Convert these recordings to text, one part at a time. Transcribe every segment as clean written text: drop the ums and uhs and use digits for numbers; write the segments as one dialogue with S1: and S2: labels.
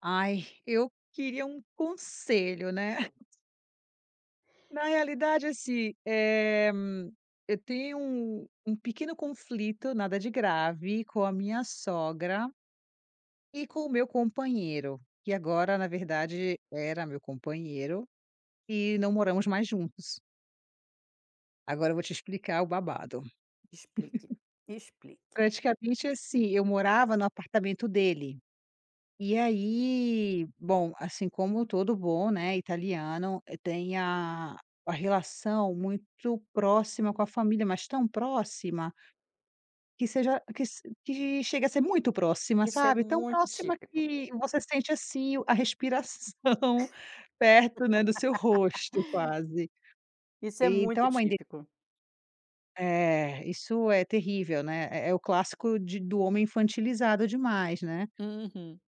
S1: Ai, eu queria um conselho, né. Na realidade, assim, eu tenho um pequeno conflito, nada de grave, com a minha sogra e com o meu companheiro, que agora, na verdade, era meu companheiro e não moramos mais juntos. Agora eu vou te explicar o babado.
S2: Explique, explique.
S1: Praticamente, assim, eu morava no apartamento dele. E aí, bom, assim como todo bom, né, italiano, tem a relação muito próxima com a família, mas tão próxima que seja que se que chega a ser muito próxima,
S2: Isso é
S1: sabe, tão
S2: muito
S1: próxima
S2: típico,
S1: que você sente, assim, o a respiração perto, né, do seu rosto quase.
S2: isso é
S1: E então
S2: muito
S1: a mãe dele
S2: típico.
S1: é, isso é terrível, né, é o clássico de do homem infantilizado demais, né.
S2: Uhum.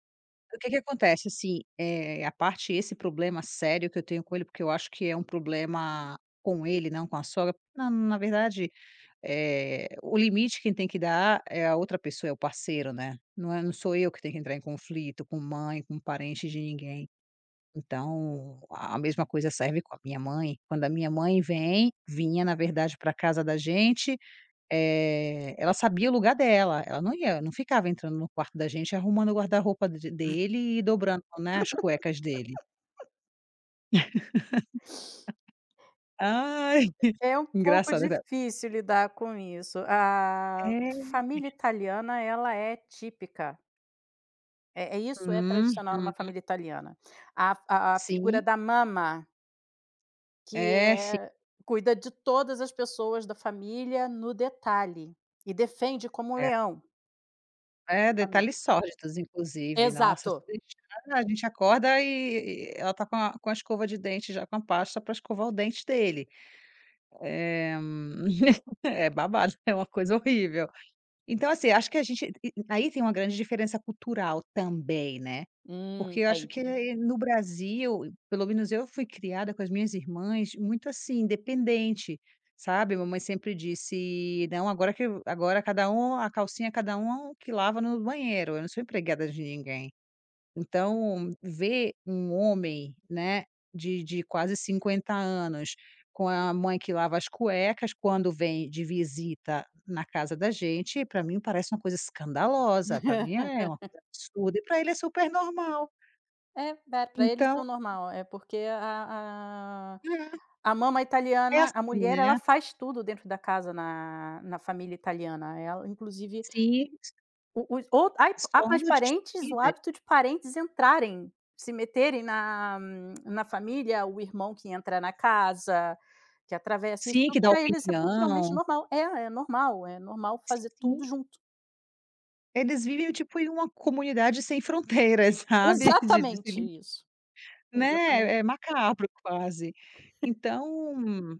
S1: O que que acontece, assim, é a parte esse problema sério que eu tenho com ele, porque eu acho que é um problema com ele, não com a sogra. Na verdade, é o limite quem tem que dar é a outra pessoa, é o parceiro, né. Não sou eu que tenho que entrar em conflito com mãe, com parente de ninguém. Então, a mesma coisa serve com a minha mãe. Quando a minha mãe vem vinha, na verdade, para casa da gente, ela sabia o lugar dela, ela não ficava entrando no quarto da gente, arrumando o guarda-roupa de dele e dobrando, né, as cuecas dele. Ai,
S2: É um pouco
S1: engraçado, né.
S2: difícil lidar com isso. A
S1: É.
S2: família italiana, ela é típica, é isso é
S1: Uhum.
S2: tradicional numa família italiana. A figura
S1: Sim.
S2: da mama que
S1: É, sim,
S2: é cuida de todas as pessoas da família no detalhe, e defende como um
S1: é.
S2: leão,
S1: É,
S2: a família.
S1: detalhes sórdidos, inclusive. Nossa, se
S2: Exato.
S1: deixar, a gente acorda e ela tá com a escova de dente já com a pasta pra escovar o dente dele. Eh, é babado, é uma coisa horrível. Então, assim, acho que a gente e aí tem uma grande diferença cultural também, né, porque eu acho
S2: Tem.
S1: que, sim, no Brasil, pelo menos eu fui criada com as minhas irmãs muito assim, independente, sabe. Mamãe sempre disse: "Não, agora que agora cada um a calcinha cada um que lava no banheiro, eu não sou empregada de ninguém". Então, ver um homem, né, de quase 50 anos, com a mãe que lava as cuecas quando vem de visita na casa da gente, para mim parece uma coisa escandalosa, para mim é uma coisa absurda e para ele é super normal.
S2: É, para eles são
S1: Então
S2: normal, é porque a a mama
S1: é, é
S2: italiana, a
S1: assim,
S2: mulher, ela
S1: né.
S2: faz tudo dentro da casa na família italiana, ela inclusive
S1: Sim,
S2: o os ou ai há
S1: somos
S2: mais parentes, o
S1: destemidas.
S2: hábito de parentes entrarem, se meterem na família, o irmão que entra na casa, que atravessa, isso
S1: Sim, que dá
S2: para eles é culturalmente
S1: opinião.
S2: normal. É, é normal
S1: Sim,
S2: fazer
S1: sim.
S2: tudo junto.
S1: Eles vivem tipo em uma comunidade sem fronteiras, sabe, de se
S2: Exatamente isso,
S1: né, é
S2: exatamente.
S1: macabro quase. Então,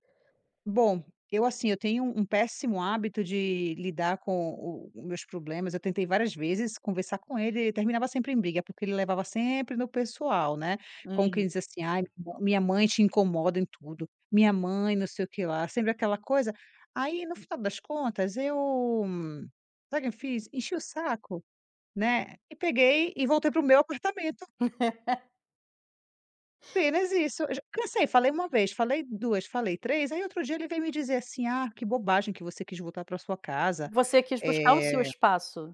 S1: bom, eu assim, eu tenho um péssimo hábito de lidar com o os meus problemas, eu tentei várias vezes conversar com ele e terminava sempre em briga, porque ele levava sempre no pessoal, né, como
S2: Uhum.
S1: quem diz assim: "Ai, minha mãe te incomoda em tudo, minha mãe não sei o que lá", sempre aquela coisa. Aí no final das contas eu, hum, sabe o que eu fiz? Enchi o saco, né, e peguei e voltei pro meu apartamento. Apenas isso. Eu já cansei, falei uma vez, falei duas, falei três, aí outro dia ele veio me dizer assim: "Ah, que bobagem que você quis voltar para sua casa".
S2: Você quis buscar o seu
S1: Eh,
S2: espaço.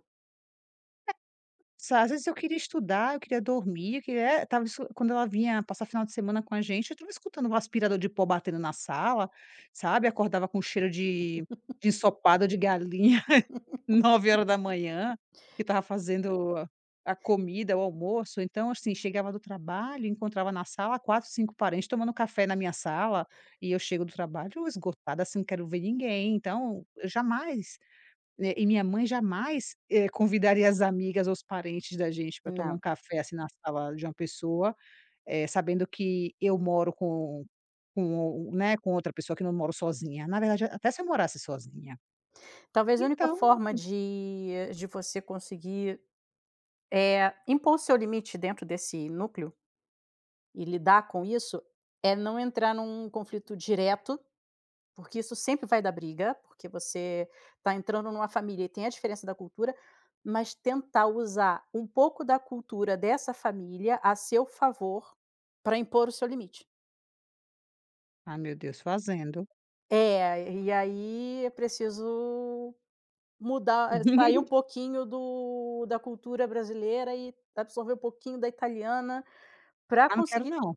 S1: sa Às vezes eu queria estudar, eu queria dormir, eu queria é, tava escu quando ela vinha passar final de semana com a gente, eu estava escutando o aspirador de pó batendo na sala, sabe, acordava com cheiro de ensopado de galinha 9 horas da manhã que estava fazendo a comida, o almoço. Então, assim, chegava do trabalho, encontrava na sala quatro, 5 parentes tomando café na minha sala, e eu chego do trabalho esgotada, assim, não quero ver ninguém, então, eu jamais, né, e minha mãe jamais, convidaria as amigas ou os parentes da gente para tomar
S2: Não.
S1: um café, assim, na sala de uma pessoa, sabendo que eu moro com, né, com outra pessoa, que não moro sozinha, na verdade, até se eu morasse sozinha.
S2: Talvez a única
S1: Então,
S2: forma de você conseguir, é impor seu limite dentro desse núcleo e lidar com isso, é não entrar num conflito direto, porque isso sempre vai dar briga, porque você está entrando numa família e tem a diferença da cultura, mas tentar usar um pouco da cultura dessa família a seu favor para impor o seu limite.
S1: ah, meu Deus, fazendo.
S2: É, e aí é preciso mudar, sair um pouquinho do da cultura brasileira e absorver um pouquinho da italiana para
S1: Ah, não quero
S2: conseguir
S1: não.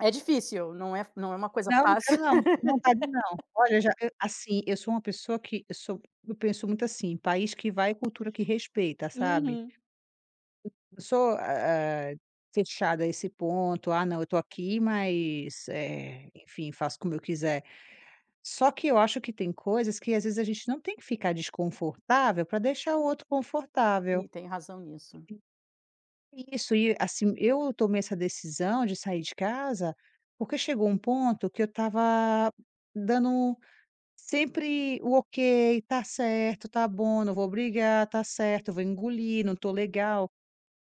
S2: é difícil, não é não é uma coisa
S1: Não, não
S2: fácil.
S1: quero não, tô com vontade não. Olha, já eu assim, eu sou uma pessoa que eu penso muito assim: país que vai, cultura que respeita, sabe.
S2: Uhum.
S1: Não sou, fechada a esse ponto: "Ah não, eu tô aqui, mas, enfim, faço como eu quiser". Só que eu acho que tem coisas que às vezes a gente não tem que ficar desconfortável para deixar o outro
S2: E
S1: confortável.
S2: tem razão nisso.
S1: Isso, e assim, eu tomei essa decisão de sair de casa, porque chegou um ponto que eu estava dando sempre o ok, tá certo, tá bom, não vou brigar, tá certo, vou engolir, não tô legal.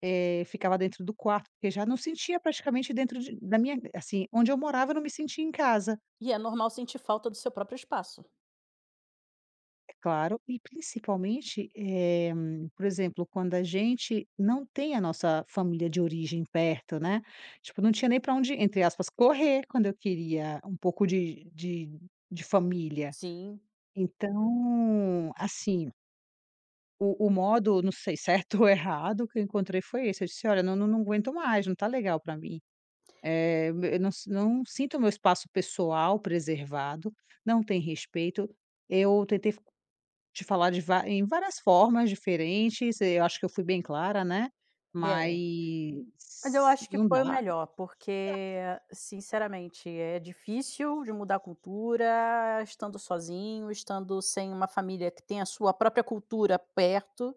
S1: Ficava dentro do quarto, porque já não sentia praticamente dentro de, da minha, assim, onde eu morava, eu não me sentia em casa.
S2: E é normal sentir falta do seu próprio espaço.
S1: É claro, e principalmente, por exemplo, quando a gente não tem a nossa família de origem perto, né, tipo, não tinha nem para onde, entre aspas, "correr", quando eu queria um pouco de família.
S2: Sim,
S1: Então, assim, o modo, não sei, certo ou errado, que eu encontrei foi esse. Eu disse: "Olha, não aguento mais, não tá legal para mim, eu não sinto meu espaço pessoal preservado, não tem respeito". Eu tentei te falar de va em várias formas diferentes, eu acho que eu fui bem clara, né, mas
S2: é. Mas eu acho que
S1: não
S2: foi o
S1: dá.
S2: melhor, porque, sinceramente, é difícil de mudar a cultura estando sozinho, estando sem uma família que tem a sua própria cultura perto.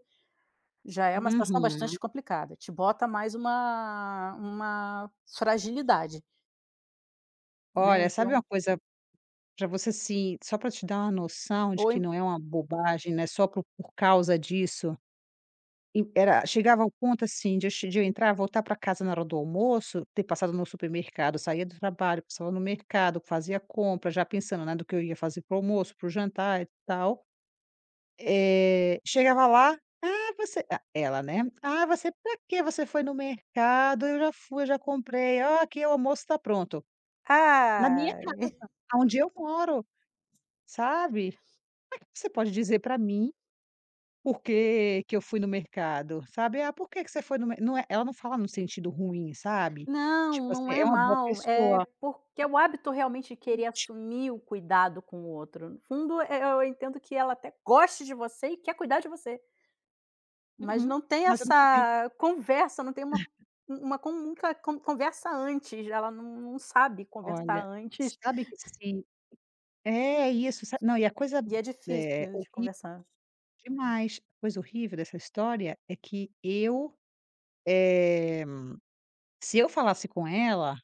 S2: Já é uma situação
S1: Uhum.
S2: bastante complicada, te bota mais uma fragilidade, né,
S1: Olha, sabe
S2: então
S1: uma coisa pra você, assim, só para te dar uma noção de
S2: ou
S1: que
S2: em
S1: não é uma bobagem, né, só por causa disso, era, chegava ao ponto, assim, de eu entrar, voltar para casa na hora do almoço, ter passado no supermercado, saía do trabalho, passava no mercado, fazia compra, já pensando, né, do que eu ia fazer para o almoço, para o jantar e tal. Chegava lá: "Ah, você", a ela, né: "Ah, você pra que você foi no mercado? Eu já fui, eu já comprei. Ó, aqui o almoço está pronto". Na minha
S2: ai,
S1: casa, aonde eu moro, sabe. Como é que você pode dizer para mim por que que eu fui no mercado, sabe. "Ah, por que que você foi no mer", não é, ela não fala no sentido ruim, sabe.
S2: não,
S1: Tipo
S2: não
S1: assim,
S2: é
S1: é uma boa
S2: mal, é
S1: pessoa.
S2: porque é o hábito realmente de querer
S1: Ti
S2: assumir o cuidado com o outro, no fundo, eu entendo que ela até goste de você e quer cuidar de você, mas
S1: Uhum.
S2: não tem
S1: "Mas eu não pedi".
S2: essa conversa, não tem uma com nunca con conversa antes, ela não sabe conversar
S1: Olha,
S2: antes,
S1: sabe que se é isso, sa não, e a coisa,
S2: e é
S1: eh,
S2: difícil de conversar,
S1: demais. Coisa horrível dessa história é que eu, eh, se eu falasse com ela,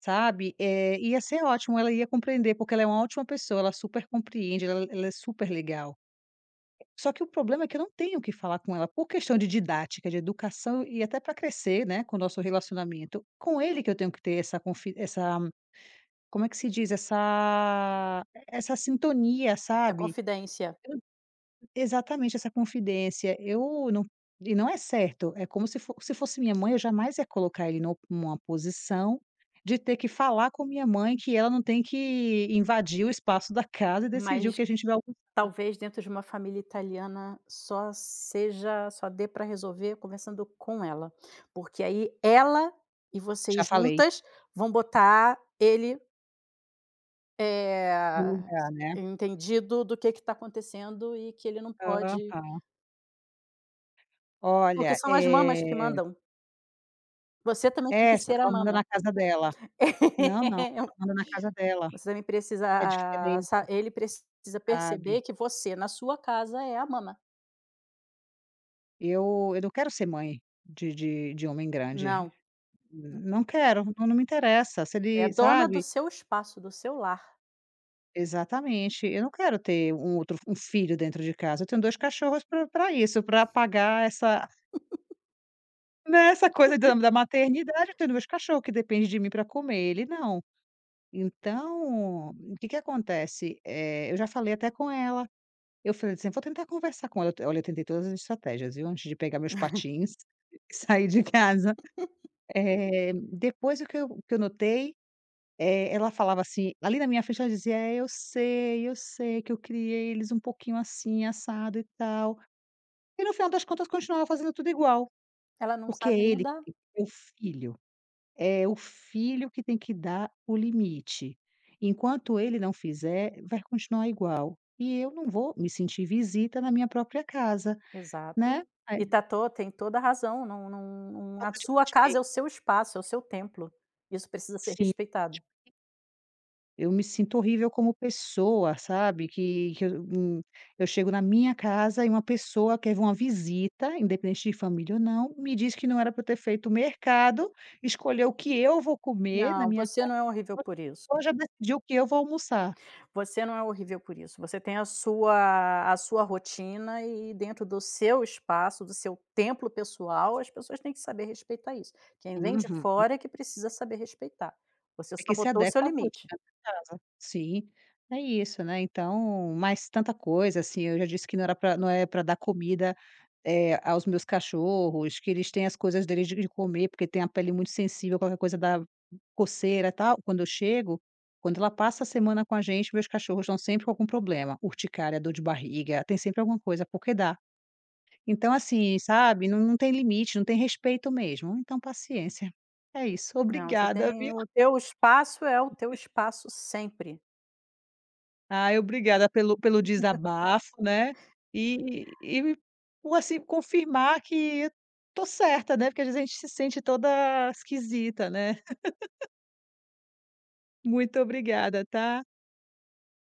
S1: sabe, ia ser ótimo, ela ia compreender, porque ela é uma ótima pessoa, ela super compreende, ela é super legal. Só que o problema é que eu não tenho o que falar com ela, por questão de didática, de educação e até para crescer, né, com o nosso relacionamento. Com ele que eu tenho que ter essa, como é que se diz? Essa sintonia,
S2: essa
S1: sabe?
S2: confidência,
S1: Exatamente, essa confidência. Eu não, e não é certo, é como se fo se fosse minha mãe, eu jamais ia colocar ele nu numa posição de ter que falar com minha mãe que ela não tem que invadir o espaço da casa e decidir o
S2: mas
S1: que a gente vai almoçar.
S2: talvez dentro de uma família italiana só seja só dê para resolver conversando com ela, porque aí ela e
S1: Já
S2: vocês
S1: falei,
S2: juntas vão botar ele,
S1: no
S2: eh,
S1: lugar, né.
S2: entendido do que está acontecendo e que ele não pode
S1: Aham.
S2: porque
S1: Olha,
S2: são as mamas que mandam. Você também tem que
S1: só que
S2: ser a
S1: ela manda
S2: mama.
S1: na casa dela. Não, não, ela manda na casa dela.
S2: Você também precisa
S1: É
S2: a
S1: diferente,
S2: sa ele precisa
S1: sabe.
S2: perceber que você, na sua casa, é a mama.
S1: Eu não quero ser mãe de homem grande.
S2: Não,
S1: Não quero, não, não me interessa, se
S2: você é
S1: ele
S2: dona do
S1: sabe?
S2: seu espaço, do seu lar.
S1: Exatamente, eu não quero ter um outro um filho dentro de casa, eu tenho 2 cachorros para isso, para apagar essa, né, essa coisa da maternidade, eu tenho 2 cachorros que depende de mim para comer, ele não. Então, o que que acontece, eu já falei até com ela, eu falei assim: "Vou tentar conversar com ela". Olha, eu tentei todas as estratégias, viu, antes de pegar meus patins e sair de casa. Depois o que eu notei, ela falava assim ali na minha frente, ela dizia: "É, eu sei que eu criei eles um pouquinho assim, assado e tal". E no final das contas continuava fazendo tudo igual,
S2: Ela não
S1: porque é
S2: sabe
S1: ele
S2: mudar,
S1: que tem que é o filho que tem que dar o limite. Enquanto ele não fizer, vai continuar igual. E eu não vou me sentir visita na minha própria casa,
S2: exato.
S1: né. É
S2: E tá to tem toda a razão, não a
S1: falta de
S2: sua casa é o
S1: respeito.
S2: seu espaço, é o seu templo. Isso precisa ser
S1: Sim.
S2: respeitado.
S1: Eu me sinto horrível como pessoa, sabe, que eu chego na minha casa e uma pessoa, quer uma visita, independente de família ou não, me diz que não era para eu ter feito o mercado, escolher o que eu vou comer na
S2: Não,
S1: minha
S2: você
S1: casa,
S2: não é horrível por isso.
S1: ou já decidir o que eu vou almoçar.
S2: Você não é horrível por isso. Você tem a sua rotina e dentro do seu espaço, do seu templo pessoal, as pessoas têm que saber respeitar isso. Quem vem de
S1: Uhum.
S2: fora é que precisa saber respeitar. Você
S1: É
S2: só
S1: que se
S2: botou o seu
S1: adequa à rotina
S2: limite.
S1: da casa. Sim, é isso, né, então mais tanta coisa, assim, eu já disse que não é para dar comida, aos meus cachorros, que eles têm as coisas deles de comer, porque tem a pele muito sensível, qualquer coisa dá coceira, e tal. Quando eu chego, quando ela passa a semana com a gente, meus cachorros estão sempre com algum problema, urticária, dor de barriga, tem sempre alguma coisa, porque dá. Então assim, sabe, não tem limite, não tem respeito mesmo, então paciência. É isso,
S2: Não, você
S1: obrigada,
S2: tem
S1: viu.
S2: o teu espaço é o teu espaço sempre.
S1: Ai, obrigada pelo desabafo, né, e me, por, assim, confirmar que eu tô certa, né, porque às vezes a gente se sente toda esquisita, né. Muito obrigada, tá.